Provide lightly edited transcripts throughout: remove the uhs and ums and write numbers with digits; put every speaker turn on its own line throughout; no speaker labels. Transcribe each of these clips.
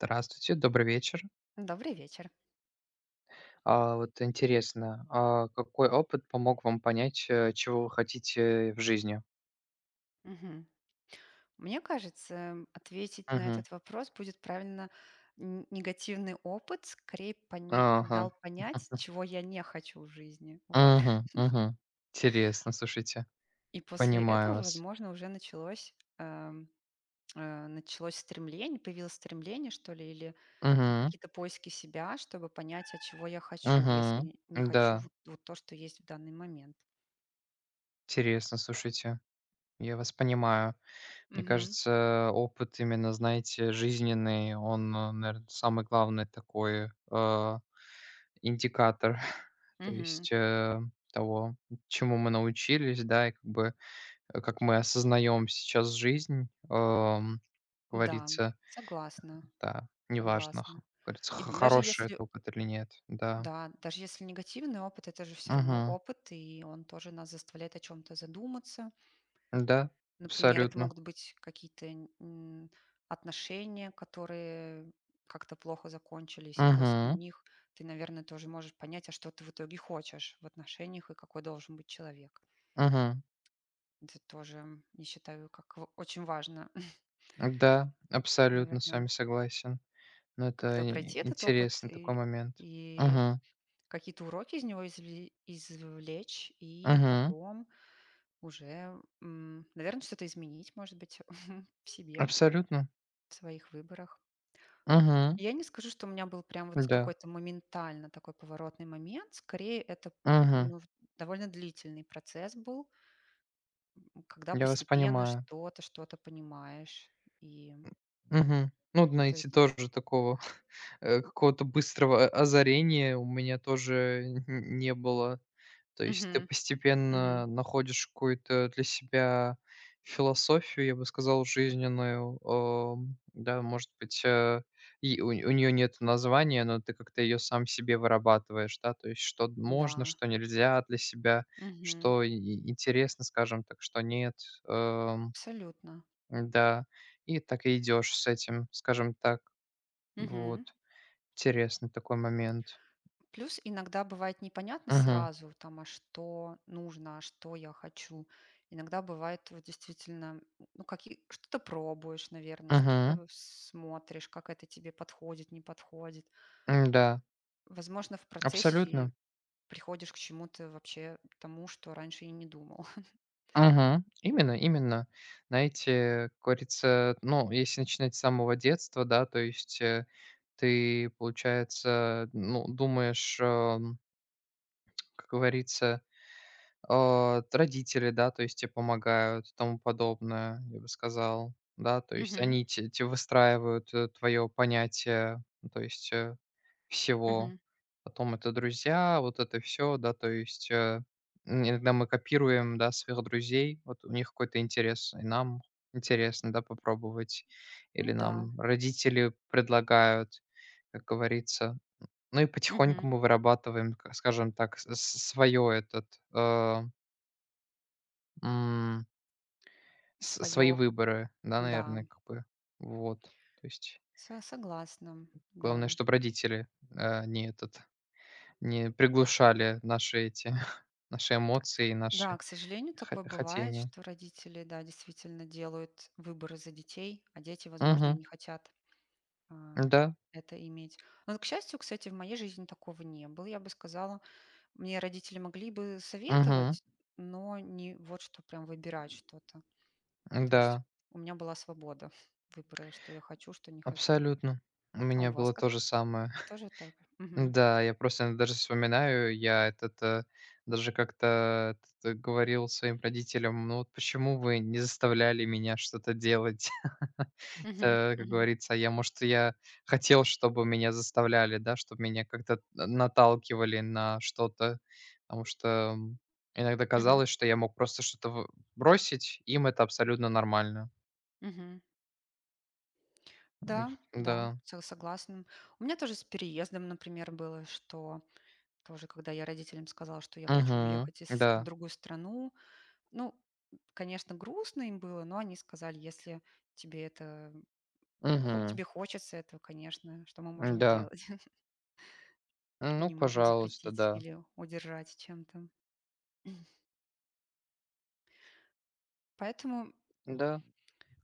Здравствуйте, добрый вечер.
Добрый вечер.
А, вот интересно, а какой опыт помог вам понять, чего вы хотите в жизни?
Мгм. Мне кажется, ответить на
Мгм.
этот вопрос будет правильно. Негативный опыт скорее
Ага.
дал понять, чего я не хочу в жизни. Вот.
Мгм, мгм. Интересно, слушайте.
И после
Понимаю
этого,
вас.
возможно, уже эм, началось стремление, появилось стремление, что ли, или
Мгм,
какие-то поиски себя, чтобы понять, а чего я хочу, если
мгм.
не хочу
Да,
вот то, что есть в данный момент.
интересно, слушайте. Я вас понимаю. Мне
Мгм.
кажется, опыт именно, знаете, жизненный, он, наверное, самый главный такой, индикатор, то
Мгм.
есть, того, чему мы научились, да, и как бы, как мы осознаем сейчас жизнь, как
Да,
говорится,
согласна.
да, неважно, х
Согласна.
как говорится,
И
х
даже
хороший
если
это опыт или нет, да.
да, даже если негативный опыт, это же все равно
Мгм.
опыт, и он тоже нас заставляет о чем то задуматься.
Да,
Например, это
абсолютно.
могут быть какие-то, м, отношения, которые как-то плохо закончились, и после
Угу,
них ты, наверное, тоже можешь понять, а что ты в итоге хочешь в отношениях и какой должен быть человек.
угу.
Это тоже, я считаю, как в очень важно,
Да, абсолютно с
наверное,
вами согласен. Ну, это
как-то
и
пройти этот опыт
интересный такой
и
момент.
и
Мгм,
Какие-то уроки из него извлечь и
мгм.
потом уже, наверное, что-то изменить, может быть, в себе,
Абсолютно.
в своих выборах.
Мгм.
Я не скажу, что у меня был прям вот
Да.
какой-то моментально такой поворотный момент. Скорее, это,
Мгм.
ну, в довольно длительный процесс был, когда
Я вас
постепенно
понимаю.
что-то понимаешь. И,
Мгм. Ну,
то
идти
есть.
тоже такого, какого-то быстрого озарения у меня тоже не было. То есть ты
Мгм,
постепенно
мгм.
находишь какую-то для себя философию, я бы сказал, жизненную. Да, может быть, и у нее нет названия, но ты как-то ее сам себе вырабатываешь, да, то есть что можно,
Да.
что нельзя для себя,
Мгм.
что и интересно, скажем так, что нет. Ам,
Абсолютно.
да, и так и идёшь с этим, скажем так.
Мгм.
Вот. Интересный такой момент.
Плюс иногда бывает непонятно
Мгм,
сразу, там, а что нужно, а что я хочу. Иногда бывает вот действительно, ну, что-то пробуешь, наверное,
мгм.
что-то смотришь, как это тебе подходит, не подходит.
М-да,
Возможно, в процессе
абсолютно.
приходишь к чему-то вообще тому, что раньше и не думал.
Мгм. Именно, именно. Знаете, как говорится, ну, если начинать с самого детства, да, то есть, ты, получается, ну, думаешь, как говорится. А, родители, да, то есть те помогают, и тому подобное, я бы сказал. Да, то есть
Мгм.
они те выстраивают, твое понятие, ну, то есть, всего.
Мгм.
Потом это друзья, вот это все, да, то есть, иногда мы копируем, да, своих друзей. Вот у них какой-то интерес, и нам интересно, да, попробовать. Или
Ну да,
нам родители предлагают, как говорится. Ну и потихоньку мы вырабатываем, к скажем так, свое этот, э М, с свои
свое,
выборы, да,
да,
наверное, как бы. Вот. То есть
согласна, да.
главное, чтоб родители, э, не этот, не приглушали наши эмоции и
Да,
наши
к сожалению,
хо
такое бывает,
хотения.
что родители, да, действительно делают выборы за детей, а дети, возможно, и
Мгм.
не хотят а,
Да.
это иметь. Но, к счастью, кстати, в моей жизни такого не было. Я бы сказала, мне родители могли бы
Мгм.
советовать, но не вот что прям выбирать что-то. То есть
Да,
у меня была свобода выбора, что я хочу, что не хочу.
абсолютно. У
А у
меня
вас
было то же
как?
самое.
Тоже так? Мгм.
Да, я просто даже вспоминаю, даже как-то говорил своим родителям, ну вот почему вы не заставляли меня что-то делать?
Мгм.
Как
Мгм.
говорится, может, я хотел, чтобы меня заставляли, да, чтобы меня как-то наталкивали на что-то, потому что м, иногда
Мгм.
казалось, что я мог просто что-то бросить, им это абсолютно нормально.
Мгм.
М,
Да, да,
Да.
согласна. У меня тоже с переездом, например, было, что тоже, когда я родителям сказала, что я хочу
Угу.
уехать в
Да.
другую страну, ну, конечно, грустно им было, но они сказали, если тебе это
Угу.
тебе хочется этого, конечно, что мы можем
Да.
сделать?
Ну,
Не можем
пожалуйста,
запретить
да.
или удержать чем-то. Поэтому,
Да,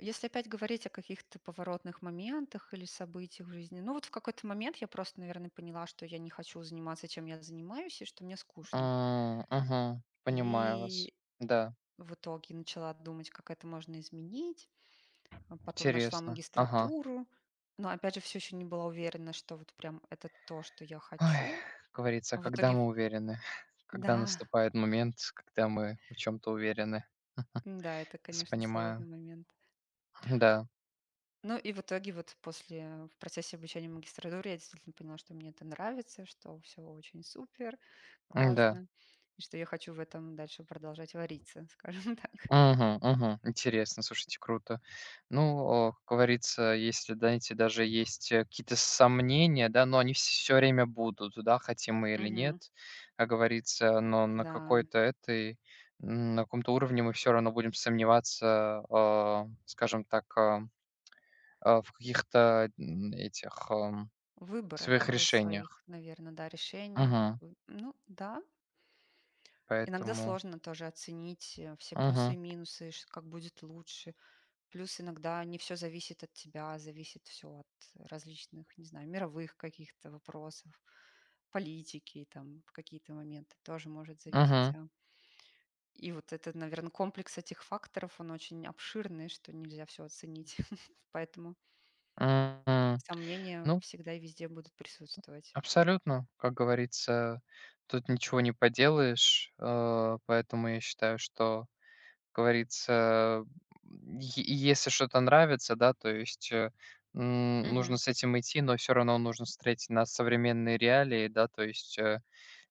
если опять говорить о каких-то поворотных моментах или событиях в жизни, ну вот в какой-то момент я просто, наверное, поняла, что я не хочу заниматься, чем я занимаюсь, и что мне скучно.
а, ага, понимаю вас.
И
Да,
в итоге начала думать, как это можно изменить. А потом нашла
интересно. Ага.
магистратуру. Но опять же, все еще не была уверена, что вот прям это то, что я
Ой,
хочу.
как говорится,
А в
когда
итоге,
мы уверены, когда
да,
наступает момент, когда мы в чем-то уверены.
да, это,
С
конечно, сложный
понимаю.
момент.
Да,
Ну и в итоге вот после, в процессе обучения в магистратуре я действительно поняла, что мне это нравится, что все очень супер,
да.
классно, и что я хочу в этом дальше продолжать вариться, скажем так.
Мгм, мгм. Интересно, слушайте, круто. Ну, как говорится, если, знаете, даже есть какие-то сомнения, да, но они все время будут, да, хотим мы или нет,
Мгм.
как говорится, но на
Да,
какой-то этой, на каком-то уровне мы все равно будем сомневаться, скажем так, в каких-то этих своих
выборах, своих,
решениях.
наверное, да, решениях.
Мгм.
Ну да, иногда
Поэтому.
сложно тоже оценить, все плюсы и
Мгм,
минусы, ш как будет лучше. Плюс иногда не все зависит от тебя, зависит все от различных, не знаю, мировых каких-то вопросов, политики, там в какие-то моменты тоже может зависеть,
мгм.
а. И вот это, наверное, комплекс этих факторов, он очень обширный, что нельзя все оценить. Поэтому
М. М.
сомнения
Ну,
всегда и везде будут присутствовать.
абсолютно, как говорится, тут ничего не поделаешь, поэтому я считаю, что, как говорится, м, е если что-то нравится, да, то есть, нужно
Мгм,
с этим идти, но все равно нужно встретить на современные реалии, да, то есть,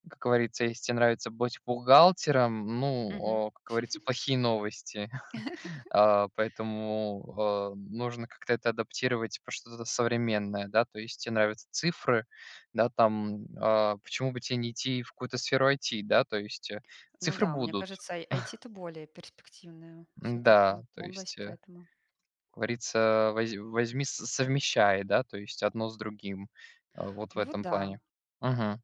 как говорится, если те нравится быть бухгалтером, ну,
мгм.
как говорится, плохие новости. А, поэтому, нужно как-то это адаптировать под что-то современное, да. То есть тебе нравятся цифры, да, там, почему бы тебе не идти в какую-то сферу IT, да, то есть,
Ну
цифры
да, мне
будут.
кажется, ай IT-то более перспективная все таки
Да, то
область,
есть,
поэтому.
как говорится, возьми, с совмещай, да, то есть одно с другим. А, вот в
Ну вот
этом
да,
плане. Мгм.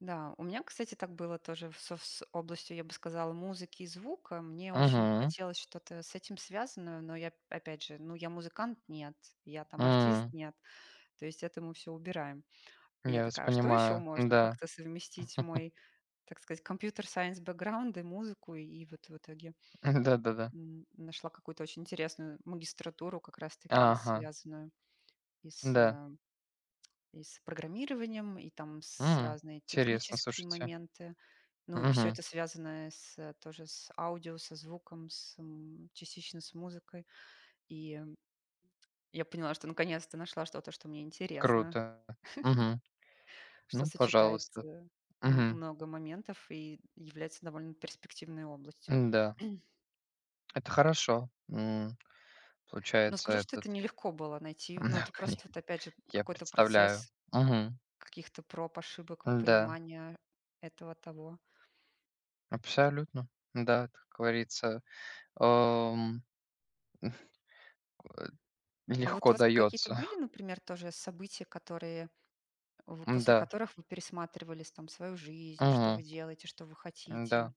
да. У меня, кстати, так было тоже в со с областью, я бы сказала, музыки и звука. Мне очень
Угу.
хотелось что-то с этим связанное, но я, опять же, ну, я музыкант- нет, я там артист-
М.
нет. То есть это мы всё убираем. И я
Я вас
такая: «А что еще
понимаю.
можно
Да.
как-то совместить мой, так сказать, computer science бэкграунд и музыку?» И вот в итоге,
Да-да-да.
нашла какую-то очень интересную магистратуру, как раз таки
Ага.
связанную. И с,
Да.
э, и с программированием, и там с
М.
разные
Интересно,
технические
слушайте.
моменты. Ну, и все
Мгм.
это связано тоже с аудио, со звуком, частично с музыкой. И, э, я поняла, что наконец-то нашла что-то, что мне интересно,
Круто. Мгм.
что
Ну,
сочетает,
пожалуйста.
э, м
Мгм.
много моментов и является довольно перспективной областью.
Да, это хорошо.
Но
Получается,
скажу, что
этот
это нелегко было найти, но
Да,
это
коне
просто вот опять же
я
какой-то
представляю.
процесс
Мгм.
каких-то проб, ошибок,
Да,
понимания этого, того.
абсолютно. Да, как говорится, ам,
А вот у
легко
вас какие-то
дается.
были, например, тоже события, которые вы после
Да.
которых вы пересматривали там свою жизнь, что вы
Мгм.
делаете, что вы хотите?
Да.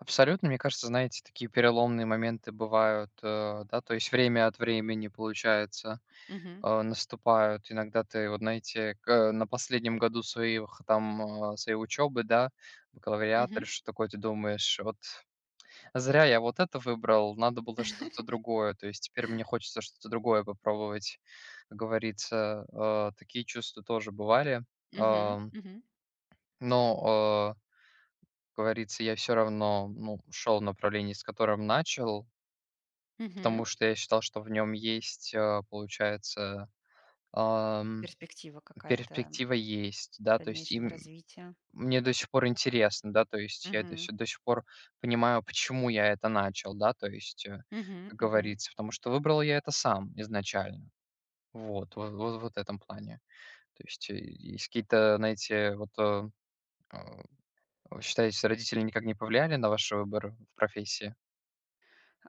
Абсолютно, мне кажется, знаете, такие переломные моменты бывают, да, то есть время от времени, получается.
Мгм.
Наступают. Иногда ты, вот знаете, на последнем году своих там, своей учебы, да, бакалавриат или
Мгм.
что такое, ты думаешь, вот зря я вот это выбрал, надо было что-то другое, то есть теперь мне хочется что-то другое попробовать, как говорится. Такие чувства тоже бывали.
Мгм.
Ам,
Мгм.
но, как говорится, я все равно, ну, шел в направлении, с которым начал,
Мгм.
потому что я считал, что в нем есть, получается.
Перспектива какая-то
Перспектива есть, да, то есть, и
дальнейшего развития.
мне до сих пор интересно, да, то есть я это
Мгм.
всё до сих пор понимаю, почему я это начал, да, то есть,
Мгм.
как
Мгм.
говорится, потому что выбрал я это сам изначально. Вот во во вот в этом плане. То есть, есть какие-то, знаете, вот, считаете, родители никак не повлияли на ваш выбор в профессии?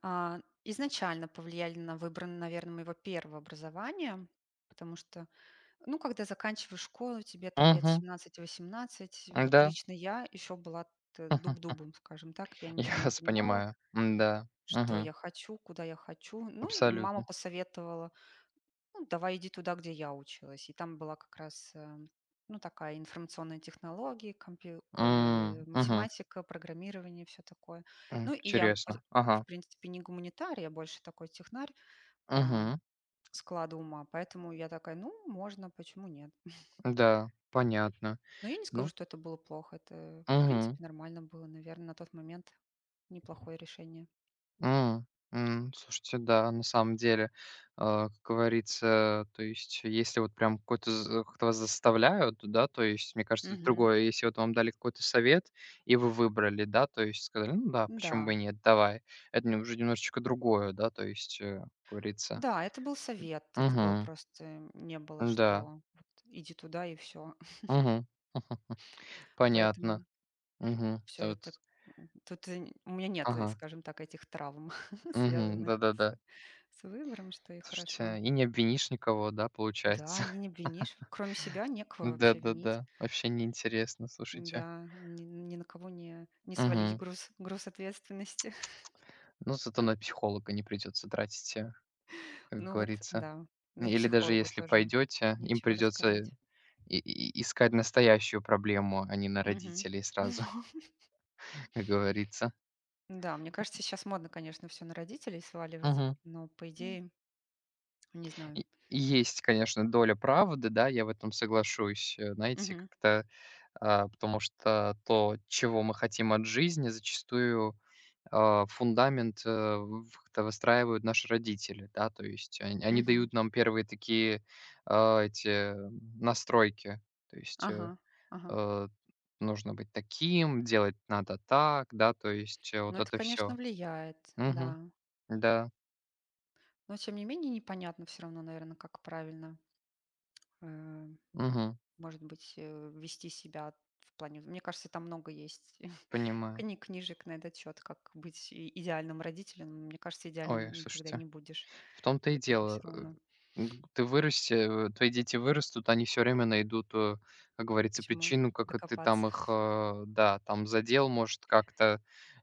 Изначально повлияли на выбор, наверное, моего первого образования, потому что. Ну, когда заканчиваешь школу, тебе там лет
Мгм.
17-18. Вот
Да.
лично я еще была
Мгм.
дуб-дубом, скажем так, я
Я
ничего не
вас
понимала,
понимаю. Да.
что
Мгм.
я хочу, куда я хочу. Ну, и мама
Абсолютно.
посоветовала, ну, давай иди туда, где я училась. И там была как раз, ну, такая информационная технология,
М. Мгм.
математика, программирование, все такое.
М.
Ну, и я,
Интересно.
в
Ага.
принципе, не гуманитарий, я больше такой технарь по
Мгм.
складу ума, поэтому я такая, ну, можно, почему нет.
Да, понятно.
Но я не скажу,
Ну,
что это было плохо. Это, в
мгм,
принципе, нормально было, наверное, на тот момент. Неплохое решение.
м, м. Слушайте, да, на самом деле, как говорится, то есть, если вот прям какой-то как-то вас заставляют, да, то есть, мне кажется, это
Мгм.
другое. Если вот вам дали какой-то совет, и вы выбрали, да, то есть сказали: "Ну да, почему бы и
Да.
нет, давай". Это не уже немножечко другое, да, то есть, как говорится.
Да, это был совет. Это было
Угу.
просто не было,
Да.
что вот иди туда и все.
Угу.
Поэтому
Понятно. Угу.
все
Да вот.
это тут и у меня нет,
Ага.
скажем так, этих травм,
Угу.
связанных
Да-да-да.
с выбором, что и хорошо.
Слушайте, и не обвинишь никого, да,
Да,
получается?
и не обвинишь. Кроме себя некого вообще винить.
Да-да-да, вообще неинтересно, слушайте.
Да, ни на кого не свалить
Мгм.
груз ответственности.
Ну, зато на психолога не придется тратить, как
Ну вот,
говорится.
да. Да и
Или даже
психологу
если
тоже
пойдете, им
нечего
придется
рассказать.
и искать настоящую проблему, а не на
Мгм.
родителей сразу, как говорится.
Да, мне кажется, сейчас модно, конечно, все на родителей сваливать,
Мгм.
но по идее, не знаю.
И есть, конечно, доля правды, да, я в этом соглашусь, знаете,
Мгм,
как-то, потому что то, чего мы хотим от жизни, зачастую фундамент, э, в как-то выстраивают наши родители, да, то есть они
мгм.
дают нам первые такие, настройки. То есть,
Ага, ага.
э, нужно быть таким, делать надо так, да, то есть,
Но
вот
это,
это
конечно,
все.
влияет, да.
Да.
Но тем не менее непонятно все равно, наверное, как правильно, э,
Мгм.
может быть, вести себя в плане. Мне кажется, там много есть
Понимаю.
книг, книжек на этот счет, как быть и идеальным родителем. Мне кажется,
Ой,
идеальным никогда
слушайте.
не будешь
В том-то
в
и
итоге
дело.
все равно.
М, ты вырасти Твои дети вырастут, они все время найдут, как
К
говорится,
чему
причину, как и ты
докопаться.
там их, да, там задел, может, как-то,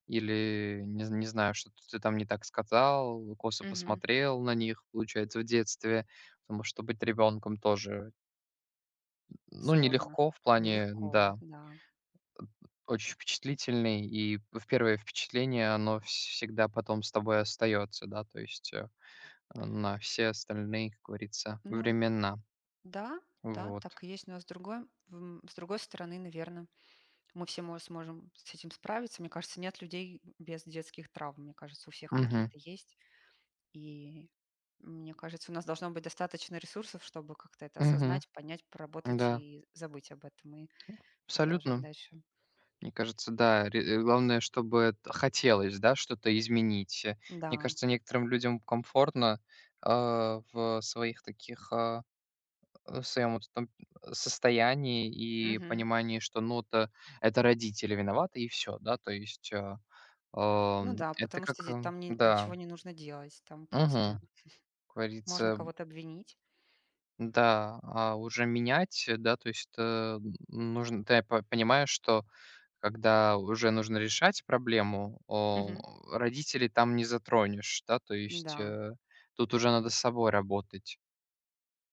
или не знаю, что ты там не так сказал, косо
Мгм.
посмотрел на них, получается, в детстве. Потому что быть ребенком тоже, ну,
Сложно,
нелегко в плане,
нелегко,
да,
да.
очень впечатлительный, и в первое впечатление, оно всегда потом с тобой остается, да, то есть, на все остальные, как говорится,
Ну
времена.
да, да,
Вот.
так и есть, но с другой стороны, наверное, мы все сможем с этим справиться. Мне кажется, нет людей без детских травм. Мне кажется, у всех
Мгм.
какие-то есть. И мне кажется, у нас должно быть достаточно ресурсов, чтобы как-то это
Мгм.
осознать, понять, проработать
Да,
и забыть об этом и продолжать
абсолютно.
дальше.
Мне кажется, да, главное, чтобы это хотелось, да, что-то изменить. Мне
Да.
кажется, некоторым людям комфортно, э, в своих таких, в своем вот этом состоянии и
Мгм.
понимании, что, ну, то это родители виноваты, и все, да, то есть,
Ну да,
это
потому что
как,
там
да,
ничего не нужно делать, там просто
угу,
можно
говорится.
кого-то обвинить.
Да, а уже менять, да, то есть, нужно, да, Я по понимаешь, что когда уже нужно решать проблему,
Мгм.
родителей там не затронешь, да, то есть,
Да,
тут уже надо с собой работать.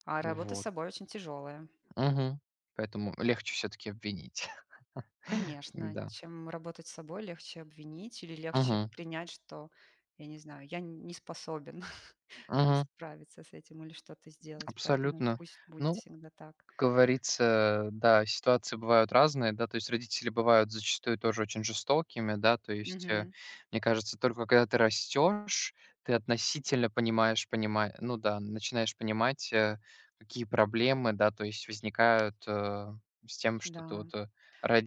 а работа с
Вот.
собой очень тяжелая.
Мгм. Поэтому легче все таки обвинить.
Конечно,
Да.
чем работать с собой, легче обвинить или легче
Мгм.
принять, что, я не знаю, я не способен там
Мгм.
справиться с этим или что-то сделать, поэтому
Абсолютно.
пусть будет
Ну,
всегда так.
как говорится, да, ситуации бывают разные, да, то есть родители бывают зачастую тоже очень жестокими, да, то есть,
Мгм.
мне кажется, только когда ты растешь, ты относительно понимаешь, понима ну да, начинаешь понимать, какие проблемы, да, то есть возникают, с тем, что ты
Да.
вот,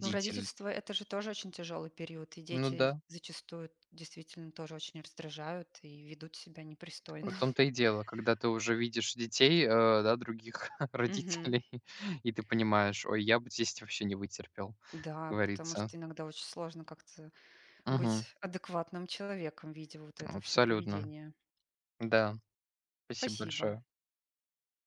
Ну, родительство- это же тоже очень тяжелый период, и
Ну да,
дети зачастую действительно тоже очень раздражают и ведут себя непристойно.
в том-то и дело, когда ты уже видишь детей, да, других
Мгм.
родителей, и ты понимаешь: "Ой, я бы здесь вообще не вытерпел", как
Да, потому
говорится.
что иногда очень сложно как-то быть адекватным человеком, видя вот это все
Абсолютно.
поведение.
Да. Спасибо
Спасибо.
большое.